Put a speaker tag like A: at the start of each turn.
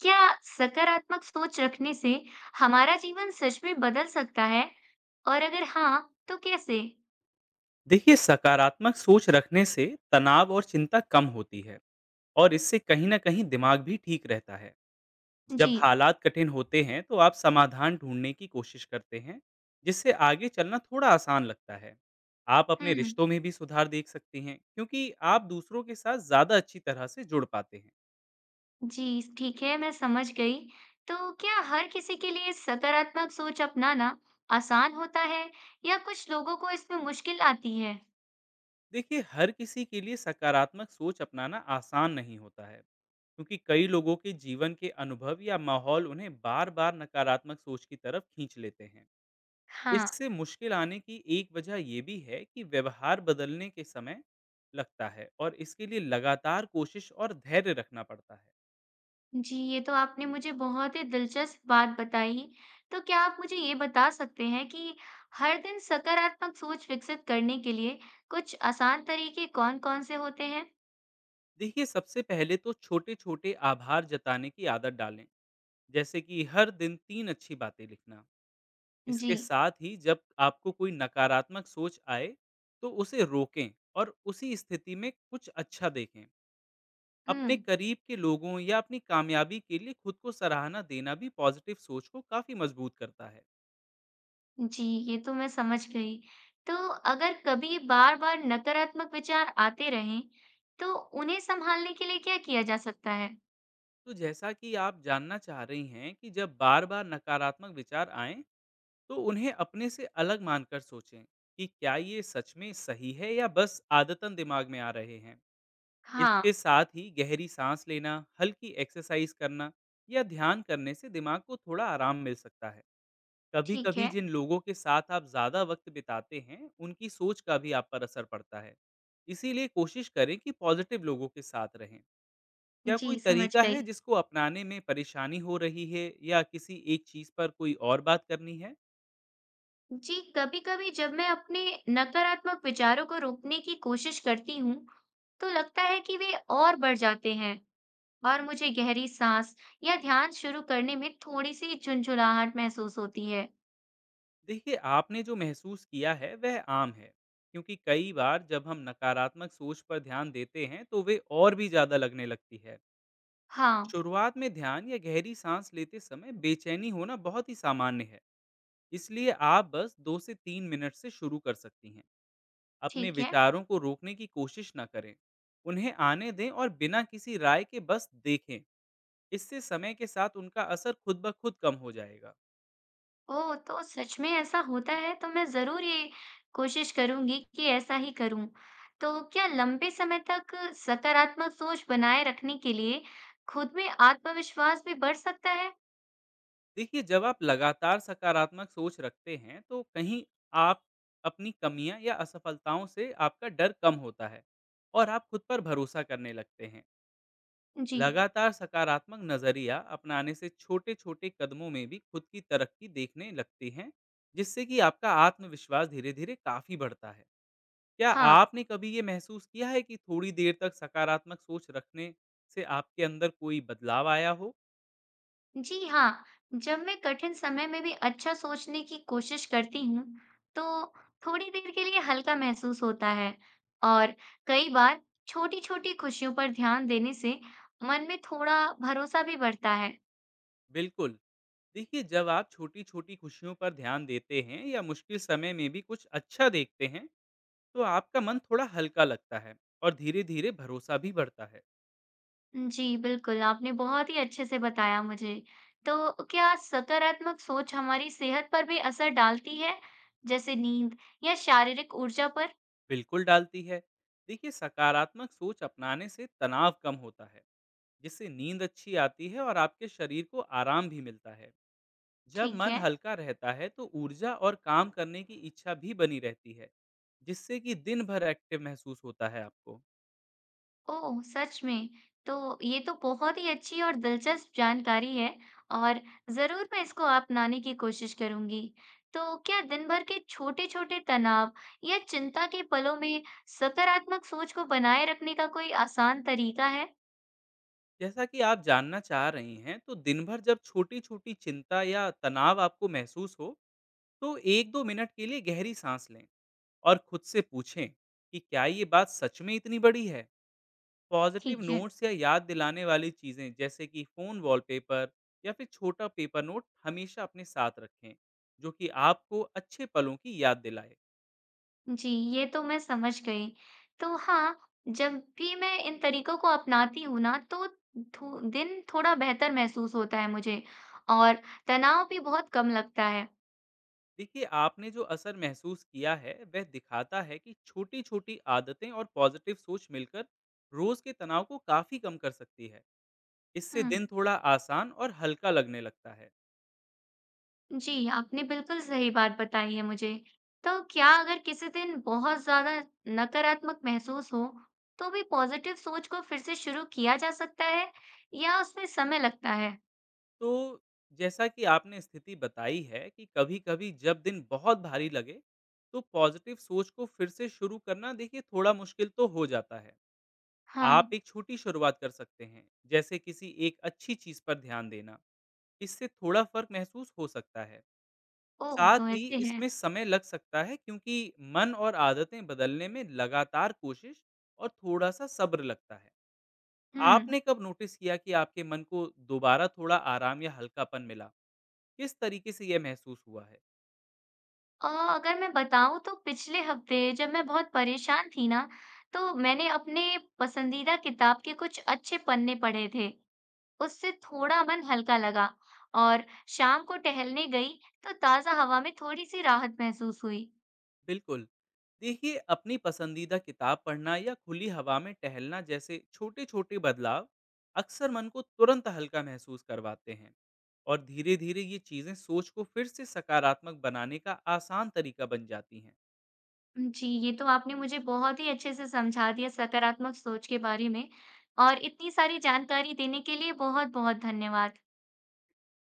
A: क्या सकारात्मक सोच रखने से हमारा जीवन सच में बदल सकता है? और अगर हाँ, तो कैसे?
B: देखिए सकारात्मक सोच रखने से तनाव और चिंता कम होती है। और इससे कहीं ना कहीं दिमाग भी ठीक रहता है।
A: जी,
B: जब हालात कठिन होते हैं तो आप समाधान ढूंढने की कोशिश करते हैं, जिससे आगे चलना थोड़ा आसान लगता है। आप अपने
A: हम्म,
B: रिश्तों में भी सुधार देख सकती हैं क्योंकि आप दूसरों के साथ ज़्यादा अच्छी तरह से जुड़ पाते हैं।
A: जी, ठीक है, मैं समझ गई। तो क्या हर किसी के लिए सकारात्मक सोच अपनाना आसान होता है या कुछ लोगों को इसमें मुश्किल आती है?
B: देखिए हर किसी के लिए सकारात्मक सोच अपनाना आसान नहीं होता है, क्योंकि कई लोगों के जीवन के अनुभव या माहौल उन्हें बार बार नकारात्मक सोच की तरफ खींच लेते हैं।
A: हाँ।
B: इससे मुश्किल आने की एक वजह ये भी है कि व्यवहार बदलने के समय लगता है और इसके लिए लगातार कोशिश और धैर्य रखना पड़ता है।
A: जी, ये तो आपने मुझे बहुत ही दिलचस्प बात बताई। तो क्या आप मुझे ये बता सकते हैं कि हर दिन सकारात्मक सोच विकसित करने के लिए कुछ आसान तरीके कौन-कौन से होते हैं?
B: देखिए सबसे पहले तो छोटे-छोटे आभार जताने की आदत डालें, जैसे कि हर दिन 3 अच्छी बातें लिखना।
A: जी।
B: इसके साथ ही जब आपको कोई नकारात्मक सोच आए, तो उसे रोकें और उसी स्थिति में कुछ अच्छा देखें। अपने
A: हुँ।
B: करीब के लोगों या अपनी कामयाबी के लिए खुद को सराहना देना भी पॉजिटिव सोच को काफ़ी मजबूत करता है।
A: जी, ये तो मैं समझ गई। तो अगर कभी बार-बार नकारात्मक विचार आते रहें, तो उन्हें सँभालने के लिए क्या किया जा सकता है?
B: तो जैसा कि आप जानना चाह रही हैं कि जब बार बार नकारात्मक विचार आएं, तो उन्हें अपने से अलग मानकर सोचें कि क्या ये सच में सही है या बस आदतन दिमाग में आ रहे हैं।
A: हाँ,
B: इसके साथ ही गहरी सांस लेना, हल्की एक्सरसाइज करना या ध्यान करने से दिमाग को थोड़ा आराम मिल सकता है। कभी
A: ठीक
B: कभी
A: है।
B: जिन लोगों के साथ आप ज़्यादा वक्त बिताते हैं उनकी सोच का भी आप पर असर पड़ता है। इसीलिए कोशिश करें कि पॉजिटिव लोगों के साथ रहें। क्या कोई
A: जी, समझ
B: तरीका है
A: गई।
B: जिसको अपनाने में परेशानी हो रही है या किसी एक चीज़ पर कोई और बात करनी है?
A: जी कभी-कभी जब मैं अपने नकारात्मक विचारों को रोकने की कोशिश करती हूँ, तो लगता है कि वे और बढ़ जाते हैं और मुझे गहरी सांस या ध्यान शुरू करने में थोड़ी सी झुंझुलाहट महसूस होती है।
B: देखिए, आपने जो महसूस किया है वह आम है, क्योंकि कई बार जब हम नकारात्मक सोच पर ध्यान देते हैं तो वे और भी ज़्यादा लगने लगती है।
A: हाँ,
B: शुरुआत में ध्यान या गहरी सांस लेते समय बेचैनी होना बहुत ही सामान्य है, इसलिए आप बस 2 से 3 मिनट से शुरू कर सकती हैं। अपने
A: ठीक है।
B: विचारों को रोकने की कोशिश ना करें, उन्हें आने दें और बिना किसी राय के बस देखें। इससे समय के साथ उनका असर खुद ब खुद कम हो जाएगा।
A: ओह, तो सच में ऐसा होता है तो मैं जरूर ये कोशिश करूंगी कि ऐसा ही करूं। तो क्या लंबे समय तक सकारात्मक सोच बनाए रखने के लिए खुद में आत्मविश्वास भी बढ़ सकता है?
B: देखिए जब आप लगातार सकारात्मक सोच रखते हैं तो कहीं आप अपनी कमियां या असफलताओं से आपका डर कम होता है और आप खुद पर भरोसा करने लगते हैं।
A: जी,
B: लगातार सकारात्मक नजरिया अपनाने से छोटे छोटे कदमों में भी खुद की तरक्की देखने लगती हैं, जिससे कि आपका आत्मविश्वास धीरे धीरे काफी बढ़ता है। क्या
A: हाँ।
B: आपने कभी ये महसूस किया है कि थोड़ी देर तक सकारात्मक सोच रखने से आपके अंदर कोई बदलाव आया हो?
A: जी हाँ, जब मैं कठिन समय में भी अच्छा सोचने की कोशिश करती हूँ, तो थोड़ी देर के लिए हल्का महसूस होता है और कई बार छोटी-छोटी खुशियों पर ध्यान देने से मन में थोड़ा भरोसा भी बढ़ता है।
B: बिल्कुल। देखिए, जब आप छोटी-छोटी खुशियों पर ध्यान देते हैं या मुश्किल समय में भी कुछ अच्छा देखते हैं, तो आपका मन थोड़ा हल्का लगता है और धीरे-धीरे भरोसा भी बढ़ता है।
A: जी, बिल्कुल, आपने बहुत ही अच्छे से बताया मुझे। तो क्या सकारात्मक सोच हमारी सेहत पर भी असर डालती है, जैसे नींद या शारीरिक ऊर्जा पर?
B: बिल्कुल डालती है। देखिए, सकारात्मक सोच अपनाने से तनाव कम होता है, जिससे नींद अच्छी आती है और आपके शरीर को आराम भी मिलता है। जब
A: ठीक
B: मन
A: है।
B: हल्का रहता है, तो ऊर्जा और काम करने की इच्छा भी बनी रहती है, जिससे कि दिन भर एक्टिव महसूस होता है आपको।
A: ओह! सच में? तो ये तो बहुत ही अच्छी और दिलचस्प जानकारी है और ज़रूर मैं इसको अपनाने की कोशिश करूँगी। तो क्या दिन भर के छोटे-छोटे तनाव या चिंता के पलों में सकारात्मक सोच को बनाए रखने का कोई आसान तरीका है?
B: जैसा कि आप जानना चाह रही हैं, तो दिन भर जब छोटी-छोटी चिंता या तनाव आपको महसूस हो, तो 1-2 मिनट के लिए गहरी सांस लें और खुद से पूछें कि क्या ये बात सच में इतनी बड़ी है? पॉजिटिव
A: ठीक है।
B: नोट्स या याद दिलाने वाली चीज़ें, जैसे कि फ़ोन वॉलपेपर या फिर छोटा पेपर नोट, हमेशा अपने साथ रखें, जो कि आपको अच्छे पलों की याद दिलाए।
A: जी, ये तो मैं समझ गई। तो हाँ, जब भी मैं इन तरीकों को अपनाती हूँ ना तो थो दिन थोड़ा बेहतर महसूस होता है मुझे और तनाव भी बहुत कम लगता है।
B: देखिए आपने जो असर महसूस किया है वह दिखाता है कि छोटी छोटी आदतें और पॉजिटिव सोच मिलकर रोज के तनाव को काफी कम कर सकती है। इससे
A: हुँ।
B: दिन थोड़ा आसान और हल्का लगने लगता है।
A: जी, आपने बिल्कुल सही बात बताई है मुझे। तो क्या अगर किसी दिन बहुत ज़्यादा नकारात्मक महसूस हो, तो भी पॉजिटिव सोच को फिर से शुरू किया जा सकता है या उसमें समय लगता है?
B: तो जैसा कि आपने स्थिति बताई है कि कभी कभी जब दिन बहुत भारी लगे, तो पॉजिटिव सोच को फिर से शुरू करना देखिए थोड़ा मुश्किल तो हो जाता है।
A: हाँ,
B: आप एक छोटी शुरुआत कर सकते हैं, जैसे किसी एक अच्छी चीज पर ध्यान देना। इससे थोड़ा फर्क महसूस हो सकता है।
A: ओह!
B: साथ
A: तो
B: ही
A: ऐसे है।
B: इसमें समय लग सकता है क्योंकि मन और आदतें बदलने में लगातार कोशिश और थोड़ा सा सब्र लगता है।
A: हुँ,
B: आपने कब नोटिस किया कि आपके मन को दोबारा थोड़ा आराम या हल्कापन मिला? किस तरीके से यह महसूस हुआ है?
A: और अगर मैं बताऊँ तो पिछले हफ़्ते जब मैं बहुत परेशान थी ना, तो मैंने अपने पसंदीदा किताब के कुछ अच्छे पन्ने पढ़े थे। उससे थोड़ा मन हल्का लगा और शाम को टहलने गई तो ताजा हवा में थोड़ी सी राहत महसूस हुई।
B: बिल्कुल। देखिए, अपनी पसंदीदा किताब पढ़ना या खुली हवा में टहलना जैसे छोटे-छोटे बदलाव अक्सर मन को तुरंत हल्का महसूस करवाते हैं और धीरे-धीरे ये चीज़ें सोच को फिर से सकारात्मक बनाने का आसान तरीका बन जाती हैं।
A: जी ये तो आपने मुझे बहुत ही अच्छे से समझा दिया सकारात्मक सोच के बारे में और इतनी सारी जानकारी देने के लिए बहुत बहुत धन्यवाद।